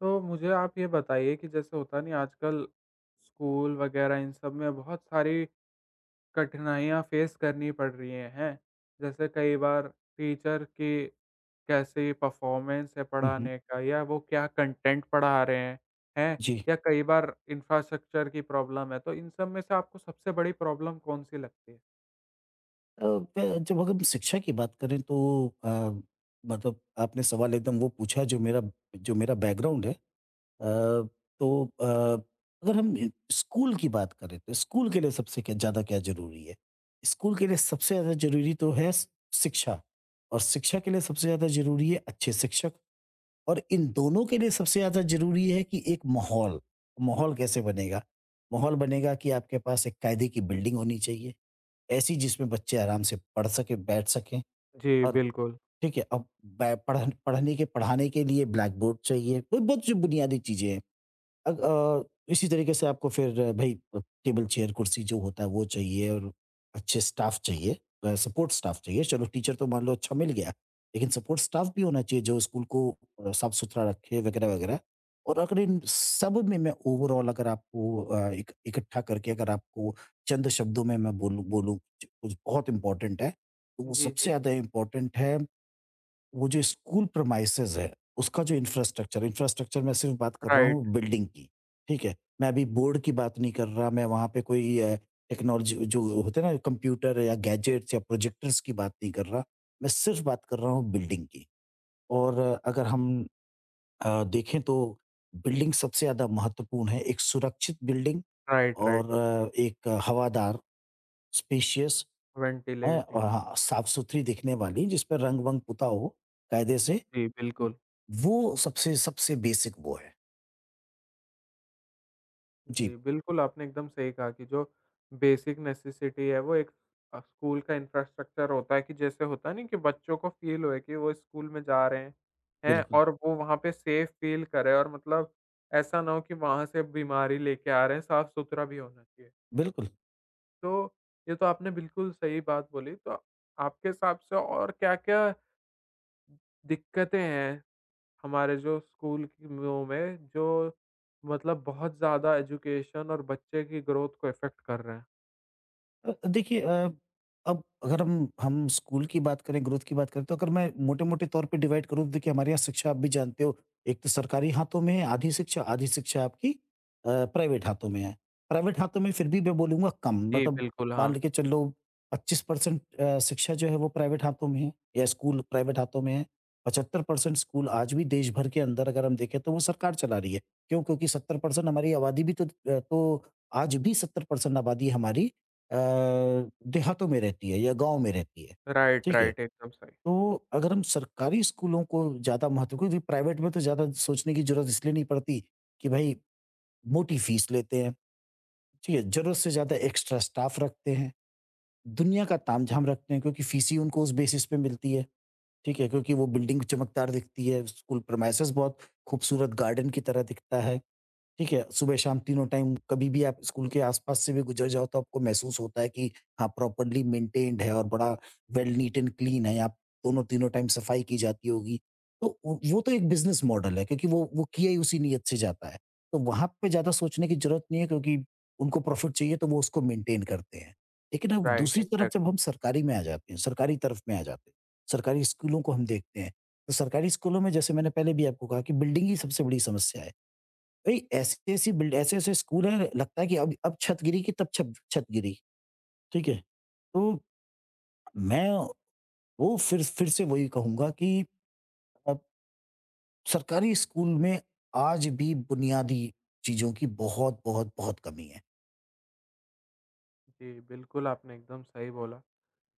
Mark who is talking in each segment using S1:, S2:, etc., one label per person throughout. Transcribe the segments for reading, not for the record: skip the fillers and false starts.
S1: तो मुझे आप ये बताइए कि जैसे होता नहीं आजकल स्कूल वगैरह इन सब में बहुत सारी कठिनाइयाँ फेस करनी पड़ रही हैं, हैं? जैसे कई बार टीचर की कैसी परफॉर्मेंस है
S2: हुँ, हुँ।
S1: पढ़ाने का या वो क्या कंटेंट पढ़ा रहे हैं, हैं?
S2: जी।
S1: या कई बार इंफ्रास्ट्रक्चर की प्रॉब्लम है, तो इन सब में से आपको सबसे बड़ी प्रॉब्लम कौन-सी लगती है?
S2: अ, ब जब अगर हम शिक्षा की बात करें तो अ, मतलब आपने सवाल एकदम वो पूछा जो मेरा बैकग्राउंड है। तो अगर हम स्कूल की बात करें तो स्कूल के लिए सबसे क्या ज़्यादा क्या ज़रूरी है? स्कूल के लिए सबसे ज़्यादा ज़रूरी तो है स शिक्षा और शिक्षा के लिए सबसे ज़्यादा ज़रूरी है अच्छे शिक्षक। और इन दोनों के लिए सबसे ज़्यादा ज़रूरी है कि एक माहौल, माहौल कैसे बनेगा? माहौल बनेगा कि आपके पास एक कायदे की बिल्डिंग होनी चाहिए, ऐसी जिसमें बच्चे आराम से पढ़ सकें, बैठ सकें
S1: जी,
S2: और
S1: बिल्कुल।
S2: ठीक है, अब बै पढ़न पढ़ने के पढ़ाने के लिए ब्लैक बोर्ड चाहिए, वो बहुत जो बुनियादी चीज़ें हैं। अग अ, इसी तरीके से आपको फिर भई टेबल, चेयर, कुर्सी जो होता है वो चाहिए और अच्छे स्टाफ चाहिए सपोर्ट स्टाफ चाहिए। चलो टीचर तो मान लो अच्छा मिल गया, लेकिन सपोर्ट स्टाफ भी होना चाहिए जो स्कूल को साफ-सुथरा रखे वगैरह-वगैरह। और अगर इन सब में मैं ओवरॉल अगर आपको अ, इक इकट्ठा करके अगर आपको चंद शब्दों में मैं बोलूँ बोलूँ कुछ बहुत इम्पोर्टेंट है, तो वो
S1: जी,
S2: सबसे
S1: जी।
S2: ज़्यादा इम्पोर्टेंट है वो जो स्कूल प्रमाइसेज़ है, उसका जो इंफ्रास्ट्रक्चर इंफ्रास्ट्रक्चर मैं सिर्फ़ बात कर रहा
S1: राइट,
S2: हूँ बिल्डिंग की, ठीक है? मैं अभी बोर्ड की बात नहीं कर रहा, मैं वहाँ पे कोई टेक्नोलॉजी जो होते हैं ना कंप्यूटर या गैजेट्स या प्रोजेक्टर्स की बात नहीं कर रहा, मैं सिर्फ़ बात कर रहा हूँ बिल्डिंग की। और अगर हम देखें तो बिल्डिंग सबसे ज़्यादा महत्वपूर्ण है, एक सुरक्षित बिल्डिंग
S1: राइट, राइट।
S2: और एक हवादार, स्पेशियस अ,
S1: वेंटिलेटिंग।
S2: हाँ, साफ़-सुथरी दिखने वाली जिस पे रंग-वंग पुता हो कायदे से
S1: जी, बिल्कुल।
S2: वो सबसे सबसे बेसिक वो है। जी,
S1: जी, बिल्कुल आपने एकदम सही कहा कि जो बेसिक नेसेसिटी है वो एक स्कूल का इंफ्रास्ट्रक्चर होता है कि जैसे होता नहीं कि बच्चों को फ़ील होए कि वो स्कूल में जा रहे हैं
S2: बिल्कुल,
S1: और वो वहाँ पे सेफ फ़ील करें और मतलब ऐसा ना हो कि वहाँ से बीमारी लेके आ रहे हैं, साफ-सुथरा भी होना चाहिए।
S2: बिल्कुल।
S1: तो ये तो आपने बिल्कुल सही बात बोली, तो आपके हिसाब से और क्या-क्या दिक्कतें हैं हमारे जो स्कूल की वो में जो मतलब बहुत ज़्यादा एजुकेशन और बच्चे की ग्रोथ को इफ़ेक्ट कर रहे हैं।
S2: देखिए अब अगर हम स्कूल की बात करें, ग्रोथ की बात करें, तो अगर मैं मोटे-मोटे तौर पे डिवाइड करूँ तो देखिए हमारे यहाँ शिक्षा आप भी जानते हो, एक तो सरकारी हाथों में है आधी शिक्षा आपकी प्राइवेट हाथों में है। प्राइवेट हाथों में फिर भी मैं बोलूँगा कम,
S1: जी,
S2: मतलब
S1: बिल्कुल,
S2: मान
S1: हाँ।
S2: के चलो 25% शिक्षा जो है वो प्राइवेट हाथों में है या स्कूल प्राइवेट हाथों में है। 75% स्कूल आज भी देश भर के अंदर अगर हम देखें तो वो सरकार चला रही है। क्यों? क्योंकि 70% हमारी आबादी भी तो तो आज भी 70% आबादी हमारी अ, देहातों में रहती है या गाँव में रहती है,
S1: राइट,
S2: ठीक है?
S1: राइट, एकदम सही।
S2: तो अगर हम सरकारी स्कूलों को ज़्यादा महत्व क्योंकि प्राइवेट में तो ज़्यादा सोचने की ज़रूरत इसलिए नहीं पड़ती कि भाई मोटी फीस लेते हैं। ठीक है, ज़रूरत से ज़्यादा एक्स्ट्रा स्टाफ रखते हैं। दुनिया का तामझाम रखते हैं क्योंकि फ़ीसें उनको उस बेसिस पे मिलती है, ठीक है? क्योंकि वो बिल्डिंग चमकदार दिखती है, स्कूल प्रीमाइसेस बहुत खूबसूरत गार्डन की तरह दिखता है, ठीक है? सुबह-शाम तीनों टाइम कभी भी आप स्कूल के आस-पास से भी गुज़र जाओ तो आपको महसूस होता है कि हाँ, प्रॉपर्ली मेंटेन्ड है और बड़ा वेल नीट एंड क्लीन है, आप दोनों तीनों टाइम सफाई की जाती होगी। तो वो तो एक बिज़नेस मॉडल है क्योंकि वो किया ही उसी नीयत से जाता है। तो वहाँ पे ज़्यादा सोचने की ज़रूरत नहीं है क्योंकि उनको प्रॉफ़िट चाहिए तो वो उसको मेंटेन करते हैं। लेकिन अब
S1: राइट,
S2: दूसरी तरफ जब
S1: एग्ज़ैक्टली।
S2: हम सरकारी में आ जाते हैं, सरकारी तरफ में आ जाते हैं, सरकारी स्कूलों को हम देखते हैं, तो सरकारी स्कूलों में जैसे मैंने पहले भी आपको कहा कि बिल्डिंग ही सबसे बड़ी समस्या है। भई ऐसी-ऐसी बिल्ड ऐसे-ऐसे स्कूल हैं लगता है कि अब छत गिरी कि तब छत छत गिरी, ठीक है? तो मैं वो फिर से वही कहूँगा कि अब सरकारी स्कूल में आज भी बुनियादी चीज़ों की बहुत, बहुत, बहुत कमी है।
S1: जी, बिल्कुल आपने एकदम सही बोला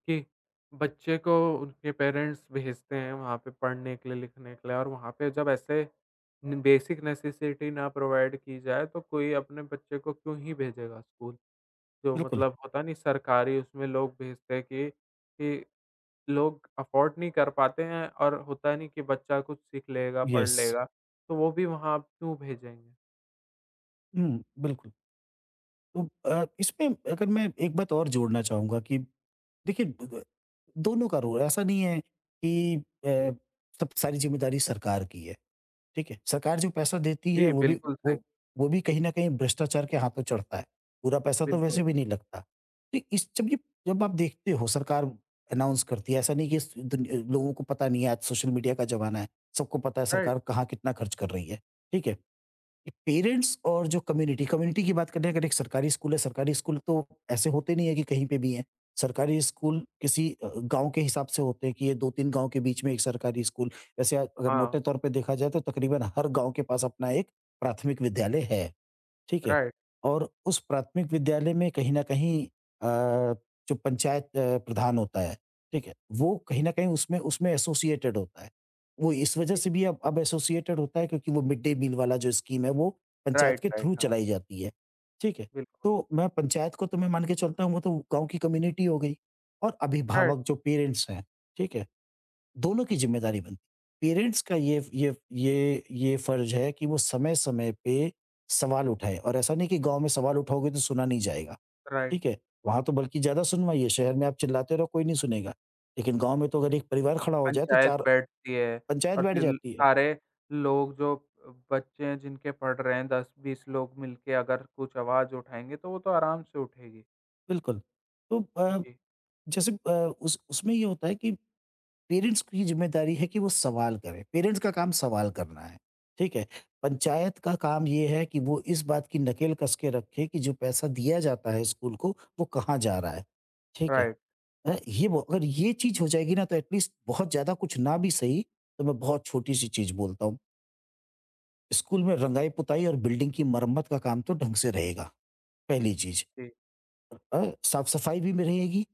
S1: कि बच्चे को उनके पेरेंट्स भेजते हैं वहाँ पे पढ़ने के लिए, लिखने के लिए और वहाँ पे जब ऐसे न बेसिक नेसेसिटी ना प्रोवाइड की जाए तो कोई अपने बच्चे को क्यों ही भेजेगा स्कूल? जो
S2: बिल्कुल,
S1: मतलब होता नहीं सरकारी उसमें लोग भेजते हैं कि लोग अफ़ोर्ड नहीं कर पाते हैं और होता है नहीं कि बच्चा कुछ सीख लेगा, पढ़
S2: यस।
S1: लेगा, तो वो भी वहाँ आप क्यों भेजेंगे?
S2: बिल्कुल। तो इसमें अगर मैं एक बात और जोड़ना चाहूँगा कि देखिए द दोनों का रोल ऐसा नहीं है कि सब सारी ज़िम्मेदारी सरकार की है, ठीक है? सरकार जो पैसा देती है
S1: जी,
S2: वो भी
S1: बिल्कुल सही,
S2: वो भी कहीं न कहीं भ्रष्टाचार के हाथों चढ़ता है, पूरा पैसा तो
S1: बिल्कुल,
S2: वैसे भी नहीं लगता। तो इस जब ये जब आप देखते हो सरकार अनाउंस करती है, ऐसा नहीं कि लोगों को पता नहीं है आज सोशल मीडिया का ज़माना है, सबको पता है
S1: राइट,
S2: सरकार कहाँ कितना खर्च कर रही है, ठीक है? पेरेंट्स और जो कम्युनिटी कम्युनिटी की बात करें अगर एक सरकारी स्कूल है सरकारी स्कूल तो ऐसे होते नहीं है कि कहीं पे भी हैं। सरकारी स्कूल किसी गाँव के हिसाब से होते हैं कि ये 2-3 गाँव के बीच में एक सरकारी स्कूल वैसे अगर
S1: हाँ,
S2: मोटे तौर पे देखा जाए तो तकरीबन हर गाँव के पास अपना एक प्राथमिक विद्यालय है। ठीक है?
S1: राइट,
S2: और उस प्राथमिक विद्यालय में कहीं न कहीं जो पंचायत प्रधान होता है, ठीक है? वो कहीं न कहीं उसमें उसमें एसोसिएटेड होता है। वो इस वजह
S1: जी,
S2: से भी अब एसोसिएटेड होता है क्योंकि वो मिड डे मील वाला जो स्कीम है वो पंचायत
S1: राइट,
S2: के
S1: राइट,
S2: थ्रू
S1: हाँ,
S2: चलाई जाती है, ठीक है?
S1: बिल्कुल,
S2: तो मैं पंचायत को तो मैं मान के चलता हूँ वो तो गाँव की कम्युनिटी हो गई और
S1: राइट,
S2: अभिभावक जो पेरेंट्स हैं, ठीक है? दोनों की ज़िम्मेदारी बनती है। पेरेंट्स का ये फ़र्ज़ है कि वो समय-समय पे सवाल उठाएँ और ऐसा नहीं कि गाँव में सवाल उठाओगे तो सुना नहीं जाएगा,
S1: राइट,
S2: ठीक है? वहाँ तो बल्कि ज़्यादा सुनवाइए, शहर में आप चिल्लाते रहो कोई नहीं सुनेगा, लेकिन गाँव में तो अगर एक परिवार खड़ा हो जाए तो
S1: पंचायत
S2: 4
S1: बैठती है
S2: पंचायत
S1: और
S2: बैठ
S1: फिर
S2: जाती है।
S1: सारे लोग जो बच्चे हैं जिनके पढ़ रहे हैं 10-20 लोग मिलके अगर कुछ आवाज़ उठाएँगे तो वो तो आराम से उठेगी।
S2: बिल्कुल, तो
S1: जी,
S2: जैसे उस उसमें ये होता है कि पेरेंट्स की ज़िम्मेदारी है कि वो सवाल करें, पेरेंट्स का काम सवाल करना है, ठीक है? पंचायत का काम ये है कि वो इस बात की नकेल कस के रखे कि जो पैसा दिया जाता है स्कूल को, वो कहाँ जा रहा है, ठीक है?
S1: राइट,
S2: अ, ये वो अगर ये चीज़ हो जाएगी ना तो एट लीस्ट बहुत ज़्यादा कुछ ना भी सही, तो मैं बहुत छोटी-सी चीज़ बोलता हूँ, स्कूल में रंगाई-पुताई और बिल्डिंग की मरम्मत का काम तो ढंग से रहेगा, पहली चीज़।
S1: जी,
S2: साफ-सफाई भी में रहेगी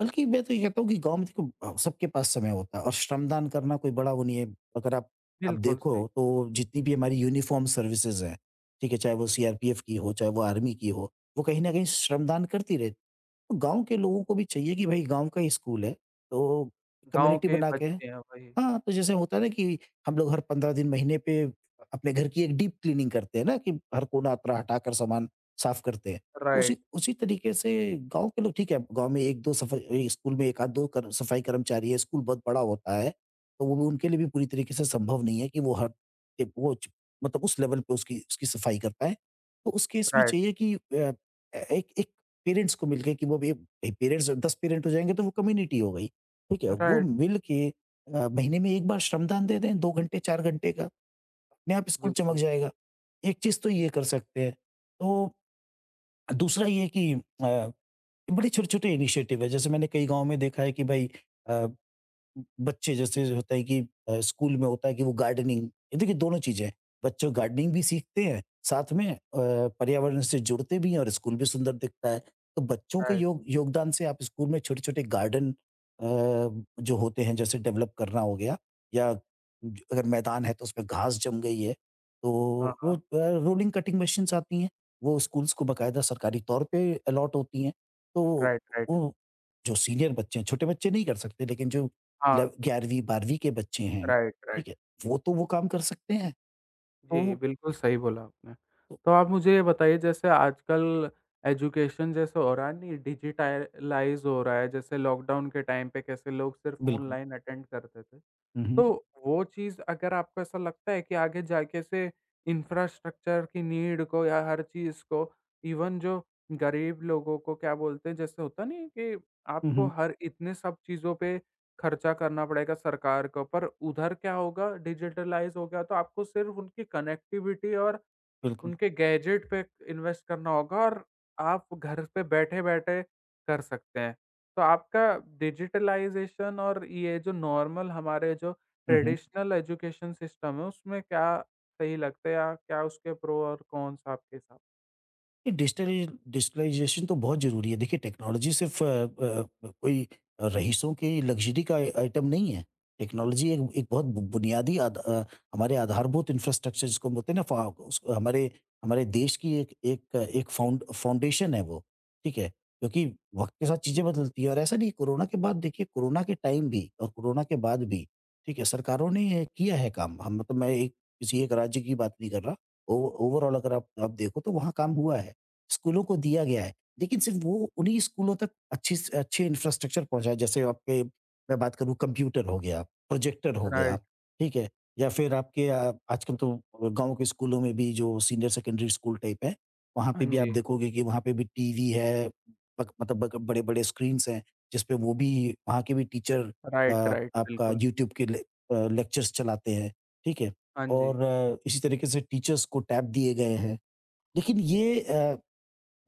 S2: बल्कि मैं तो ये कहता हूँ कि गाँव में देखो सबके पास समय होता है और श्रमदान करना कोई बड़ा वो नहीं है। अगर आप
S1: बिल्कुल
S2: देखो
S1: सही,
S2: तो जितनी भी हमारी यूनिफ़ॉर्म सर्विसेज़ हैं, ठीक है? चाहे वो सीआरपीएफ़ की हो, चाहे वो आर्मी की हो, वो कहीं न कहीं श्रमदान करती रहती है। तो गाँव के लोगों को भी चाहिए कि भई गाँव का ही स्कूल है, तो
S1: गाँव
S2: कम्युनिटी
S1: के ही
S2: बना के
S1: बच्चे हैं वही,
S2: हाँ, तो जैसे होता है ना कि हम लोग हर 15 दिन, महीने पे अपने घर की एक डीप क्लीनिंग करते हैं ना कि हर कोना-अतरा हटाकर सामान साफ करते हैं। तो उसी
S1: राइट,
S2: उसी तरीके से गाँव के लोग ठीक है, गाँव में 1-2 सफाई ए, स्कूल में 1 आध 2 कर सफाई कर्मचारी है, स्कूल बहुत बड़ा होता है, तो वो भी उनके लिए भी पूरी तरीके से संभव नहीं है कि वो हर ए, वो च मतलब उस लेवल पे उसकी उसकी सफाई कर पाएँ। तो उस केस में
S1: राइट,
S2: चाहिए कि अ, ए एक एक पेरेंट्स को मिलके कि वो भी पेरेंट्स 10 पेरेंट हो जाएँगे तो वो कम्युनिटी हो गई, ठीक है? वो
S1: राइट।
S2: मिल के महीने में 1 बार श्रमदान दे दें 2 घंटे, 4 घंटे का, अपने आप स्कूल चमक
S1: बिल्कुल,
S2: जाएगा। एक चीज़ तो ये कर
S1: जी,
S2: सकते हैं। तो दूसरा ये कि बड़े छोटे-छोटे इनिशिएटिव है, जैसे मैंने कई गाँव में देखा है कि भई अ बच्चे जैसे होता है कि स्कूल में होता है कि वो गार्डनिंग ये देखिए दोनों चीज़ें हैं। बच्चे गार्डनिंग भी सीखते हैं, साथ में पर्यावरण से जुड़ते भी हैं और स्कूल भी सुंदर दिखता है। तो बच्चों के
S1: राइट,
S2: योगदान से आप स्कूल में छोटे-छोटे गार्डन जो होते हैं जैसे डेवलप करना हो गया या अगर मैदान है तो उसमें घास जम गई है, तो
S1: हाँ,
S2: वो रोलिंग कटिंग मशीन्स आती हैं, वो स्कूल्स को बाकायदा सरकारी तौर पे अलॉट होती हैं। तो
S1: राइट, राइट,
S2: वो जो सीनियर बच्चे हैं, छोटे बच्चे नहीं कर सकते लेकिन जो
S1: हाँ,
S2: 11 11वीं 12वीं के बच्चे हैं,
S1: राइट, राइट,
S2: ठीक है? वो तो वो काम कर सकते हैं।
S1: जी,
S2: तो
S1: बिल्कुल सही बोला आपने।
S2: तो
S1: तो आप मुझे ये बताइए जैसे आजकल एजुकेशन जैसे हो रहा है नहीं डिजिटालाइज़ हो रहा है, जैसे लॉकडाउन के टाइम पे कैसे लोग सिर्फ़
S2: बिल्कुल।
S1: ऑनलाइन अटेंड करते थे।
S2: हुँ,
S1: तो
S2: हुँ।
S1: वो चीज़ अगर आपको ऐसा लगता है कि आगे जाके से इंफ्रास्ट्रक्चर की नीड को या हर चीज़ को इवन जो गरीब लोगों को क्या बोलते हैं जैसे होता नहीं है कि
S2: हुँ,
S1: आपको
S2: हुँ।
S1: हर इतने सब चीज़ों पे खर्चा करना पड़ेगा सरकार को पर उधर क्या होगा डिजिटलाइज हो गया तो आपको सिर्फ उनकी कनेक्टिविटी और
S2: बिल्कुल।
S1: उनके गैजेट पे इन्वेस्ट करना होगा और आप घर पे बैठे-बैठे कर सकते हैं। तो आपका डिजिटलाइज़ेशन और ये जो नॉर्मल हमारे जो
S2: हुँ, हुँ।
S1: ट्रेडिशनल एजुकेशन सिस्टम है, उसमें क्या सही लगता है या क्या उसके प्रो और कॉन्स आपके हिसाब।
S2: ये डिजिटलाइजेशन तो बहुत ज़रूरी है। देखिए टेक्नोलॉजी सिर्फ़ कोई रईसों की लग्ज़री का आइटम नहीं है। टेक्नोलॉजी एक एक बहुत बु बुनियादी हमारे आधारभूत इंफ्रास्ट्रक्चर जिसको हम बोलते हैं ना फ़ा उस हमारे हमारे देश की एक एक एक फ़ाउंड फ़ाउंडेशन है वो, ठीक है? क्योंकि वक़्त के साथ चीज़ें बदलती हैं और ऐसा नहीं। कोरोना के बाद देखिए, कोरोना के टाइम भी और कोरोना के बाद भी, ठीक है, सरकारों ने ये किया है काम। हम मतलब मैं एक किसी एक राज्य की बात नहीं कर रहा। ओव ओवरॉल अगर आप देखो तो वहाँ काम हुआ है। स्कूलों को दिया गया है। लेकिन सिर्फ़ वो उन्हीं स्कूलों तक अच्छी स अच्छे इंफ्रास्ट्रक्चर पहुँचाएँ, जैसे आपके मैं बात करूँ, कंप्यूटर हो गया, प्रोजेक्टर हो गया,
S1: राइट।
S2: ठीक है? या फिर आपके आजकल तो गाँव के स्कूलों में भी जो सीनियर सेकेंडरी स्कूल टाइप है, वहाँ
S1: हाँ
S2: पे भी आप
S1: जी।
S2: देखोगे कि वहाँ पे भी टीवी है, बक मतलब बक बड़े-बड़े स्क्रीन्स हैं, जिसपे वो भी वहाँ के भी टीचर अ,
S1: राइट, राइट।
S2: आपका
S1: बिल्कुल।
S2: यूट्यूब के लेक्चर्स चलाते हैं, ठीक है?
S1: हाँ जी।
S2: और इसी तरीके से टीचर्स को टैब दिए गए हैं। लेकिन ये अ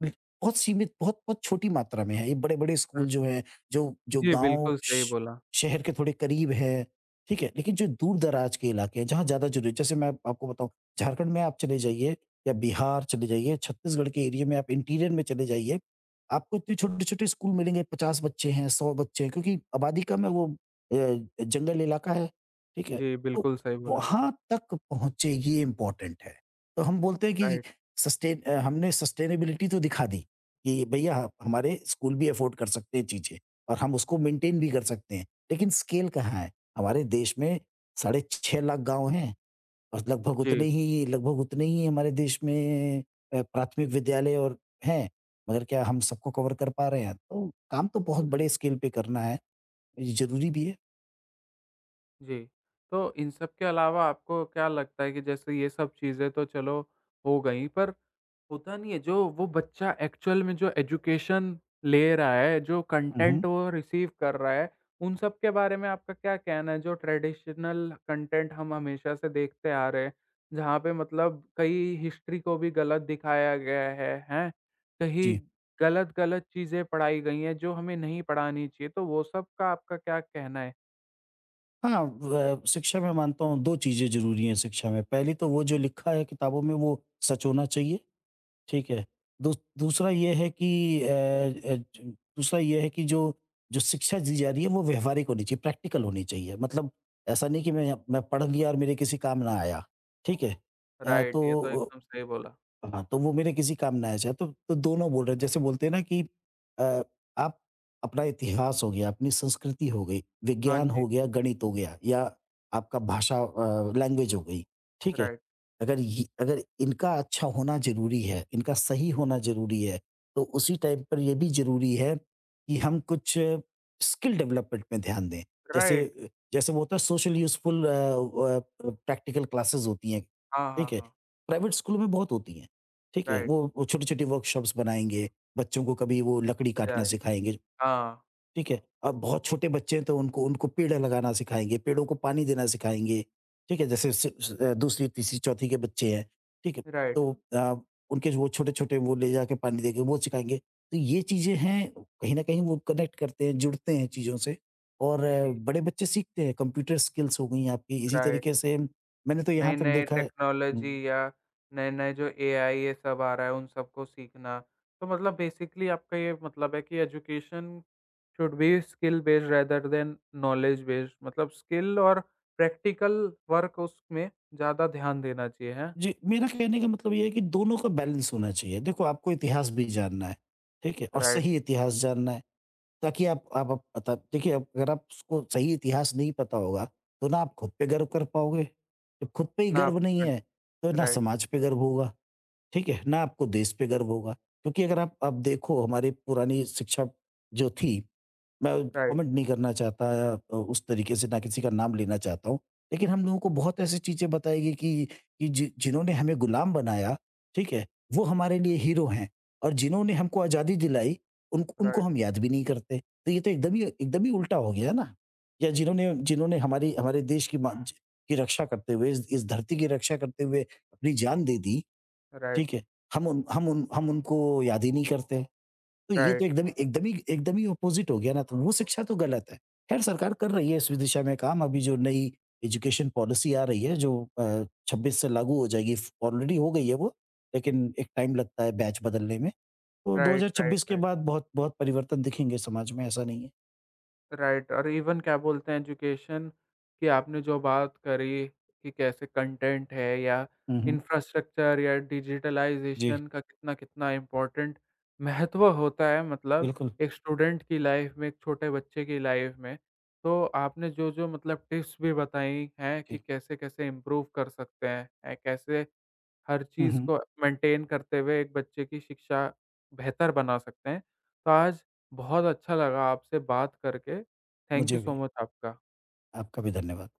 S2: बिल बहुत सीमित, बहुत बहुत छोटी मात्रा में है। ये बड़े-बड़े
S1: र
S2: स्कूल जो हैं, जो जो
S1: जी,
S2: गाँव
S1: बिल्कुल सही
S2: श
S1: बोला।
S2: शहर के थोड़े करीब हैं, ठीक है? लेकिन जो दूर-दराज के इलाके हैं, जहाँ ज़्यादा ज़रूरी है, जैसे मैं आपको बताऊँ, झारखंड में आप चले जाइए या बिहार चले जाइए, छत्तीसगढ़ के एरिया में आप इंटीरियर में चले जाइए, आपको इतने छोटे-छोटे स्कूल मिलेंगे, 50 बच्चे हैं, 100 बच्चे हैं, क्योंकि आबादी कम है, वो अ, जंगल इलाका है, ठीक है?
S1: जी,
S2: तो
S1: बिल्कुल सही बोला आपने।
S2: वहाँ तक पहुँचे, ये इम्पोर्टेंट है। तो हम बोलते हैं कि
S1: राइट।
S2: हमने सस्टेनेबिलिटी तो दिखा दी कि भैया हमारे स्कूल भी अफोर्ड कर सकते हैं चीज़ें और हम उसको मेंटेन भी कर सकते हैं। लेकिन स्केल कहाँ है? हमारे देश में साढ़े 6 लाख गाँव हैं और लगभग उतने
S1: जी।
S2: ही लगभग उतने ही हमारे देश में प्राथमिक विद्यालय और हैं। मगर क्या हम सबको कवर कर पा रहे हैं? तो काम तो बहुत
S1: जी।
S2: बड़े स्केल पे करना है, ये ज़रूरी भी है।
S1: जी। तो इन सब के अलावा आपको क्या लगता है कि जैसे ये सब चीज़ें तो चलो हो गई, पर होता नहीं है जो वो बच्चा एक्चुअल में जो एजुकेशन ले रहा है, जो
S2: हुँ,
S1: कंटेंट
S2: हुँ।
S1: वो रिसीव कर रहा है, उन सब के बारे में आपका क्या कहना है? जो ट्रेडिशनल कंटेंट हम हमेशा से देखते आ रहे हैं, जहाँ पे मतलब कई हिस्ट्री को भी गलत दिखाया गया है, हैं? कहीं
S2: जी।
S1: गलत-गलत चीज़ें पढ़ाई गई हैं जो हमें नहीं पढ़ानी चाहिए, तो वो सब का आपका क्या कहना है?
S2: हाँ, व शिक्षा में मानता हूँ, 2 चीज़ें ज़रूरी हैं शिक्षा में। पहली तो वो जो लिखा है किताबों में, वो सच होना चाहिए। ठीक है। दू दूसरा ये है कि अ अ, ज दूसरा ये है कि जो जो शिक्षा दी जा रही है, वो व्यावहारिक होनी चाहिए, प्रैक्टिकल होनी चाहिए। मतलब ऐसा नहीं कि मैं पढ़ लिया और मेरे किसी काम ना आया। ठीक है?
S1: राइट, ये तो
S2: तो
S1: एकदम सही बोला।
S2: हाँ, तो वो मेरे किसी काम ना आ जाए, तो दोनों बोल रहे हैं। जैसे बोलते हैं ना कि अ, आप अपना इतिहास हो गया, अपनी संस्कृति हो गई,
S1: हाँ
S2: विज्ञान
S1: जी,
S2: हो गया, गणित हो गया या आपका लैंग्वेज हो गई, ठीक है?
S1: राइट,
S2: अगर ये अगर इनका अच्छा होना ज़रूरी है, इनका सही होना ज़रूरी है, तो उसी टाइम पर ये भी ज़रूरी है कि हम कुछ स्किल डेवलपमेंट में ध्यान दें। जैसे
S1: राइट,
S2: जैसे वो होता है सोशल यूज़फुल प्रैक्टिकल क्लासेस होती हैं,
S1: हाँ, हाँ,
S2: ठीक है?
S1: हाँ,
S2: प्राइवेट स्कूलों में बहुत होती हैं। ठीक है?
S1: राइट,
S2: वो छोटी-छोटी वर्कशॉप्स बनाएँगे, बच्चों को कभी वो लकड़ी काटना
S1: राइट,
S2: सिखाएँगे।
S1: हाँ,
S2: ठीक है? अब बहुत छोटे बच्चे हैं, तो उनको उनको पेड़ लगाना सिखाएँगे, पेड़ों को पानी देना सिखाएँगे। ठीक है? जैसे स स अ, दूसरी, तीसरी, चौथी के बच्चे हैं, ठीक है?
S1: राइट,
S2: तो उनके जो वो छोटे-छोटे वो ले जाके पानी देके वो सिखाएँगे। तो ये चीज़ें हैं, कहीं न कहीं वो कनेक्ट करते हैं, जुड़ते हैं चीज़ों से और
S1: जी,
S2: बड़े बच्चे सीखते हैं, कंप्यूटर स्किल्स हो गई आपकी, इसी
S1: राइट।
S2: तरीके से मैंने तो यहाँ तक
S1: नई-नई
S2: देखा है। हुँ।
S1: टेक्नोलॉजी या नए-नए जो एआई ये सब आ रहा है, उन सबको सीखना। तो मतलब बेसिकली आपका ये मतलब है कि education should be skill based rather than knowledge based, मतलब स्किल और प्रैक्टिकल वर्क उसमें ज़्यादा ध्यान देना चाहिए, हैं?
S2: जी, मेरा कहने का मतलब ये है कि दोनों का बैलेंस होना चाहिए। देखो, आपको इतिहास भी जानना है, ठीक है? और
S1: राइट,
S2: सही इतिहास जानना है, ताकि आप पता देखिए, आप- अगर आपको सही इतिहास नहीं पता होगा, तो ना आप खुद पे गर्व कर पाओगे। जब खुद पे ही
S1: ना
S2: गर्व
S1: अपने
S2: नहीं है,
S1: कंट्री,
S2: तो ना
S1: राइट,
S2: समाज पे गर्व होगा, ठीक है? ना आपको देश पे गर्व होगा। क्योंकि अगर आप देखो, हमारी पुरानी शिक्षा जो थी, मैं
S1: राइट,
S2: कमेंट नहीं करना चाहता या उस तरीके से ना किसी का नाम लेना चाहता हूँ। लेकिन हम लोगों को बहुत ऐसी चीज़ें बताई गई कि जि जिन्होंने हमें गुलाम बनाया, ठीक है? वो हमारे लिए हीरो हैं और जिन्होंने हमको आज़ादी दिलाई, उन उनको
S1: राइट,
S2: हम याद भी नहीं करते। तो ये तो एकदम ही उल्टा हो गया ना। या जिन्होंने जिन्होंने हमारी हमारे देश की मा ज की रक्षा करते हुए, इस धरती की रक्षा करते हुए अपनी जान दे दी,
S1: राइट,
S2: ठीक है? हम उनको याद ही नहीं करते। तो ये तो
S1: राइट,
S2: एकदम एकदम ही अपोज़िट हो गया ना, तो वो शिक्षा तो गलत है। ख़ैर सरकार कर रही है इस दिशा में काम, अभी जो नई एजुकेशन पॉलिसी आ रही है जो अ, 26 से लागू हो जाएगी, फ ऑलरेडी हो गई है वो, लेकिन एक टाइम लगता है बैच बदलने में। तो
S1: राइट, राइट,
S2: 2026 के
S1: राइट।
S2: बाद बहुत बहुत परिवर्तन दिखेंगे समाज में, ऐसा नहीं है।
S1: राइट और इवन क्या बोलते हैं एजुकेशन की आपने जो बात करी कि कैसे कंटेंट है या
S2: हुँ, हुँ।
S1: इंफ्रास्ट्रक्चर या
S2: जी,
S1: डिजिटलाइजेशन का कितना कितना इम्पोर्टेंट महत्व होता है मतलब
S2: बिल्कुल,
S1: एक स्टूडेंट की लाइफ में एक छोटे बच्चे की लाइफ में तो आपने जो जो मतलब टिप्स भी बताई हैं कि
S2: जी।
S1: कैसे कैसे इम्प्रूव कर सकते हैं, कैसे हर
S2: हुँ,
S1: चीज़
S2: हुँ।
S1: को मेंटेन करते हुए एक बच्चे की शिक्षा बेहतर बना सकते हैं। तो आज बहुत अच्छा लगा आपसे बात करके। थैंक यू
S2: मुझे
S1: सो
S2: भी,
S1: मच आपका।
S2: आपका भी धन्यवाद।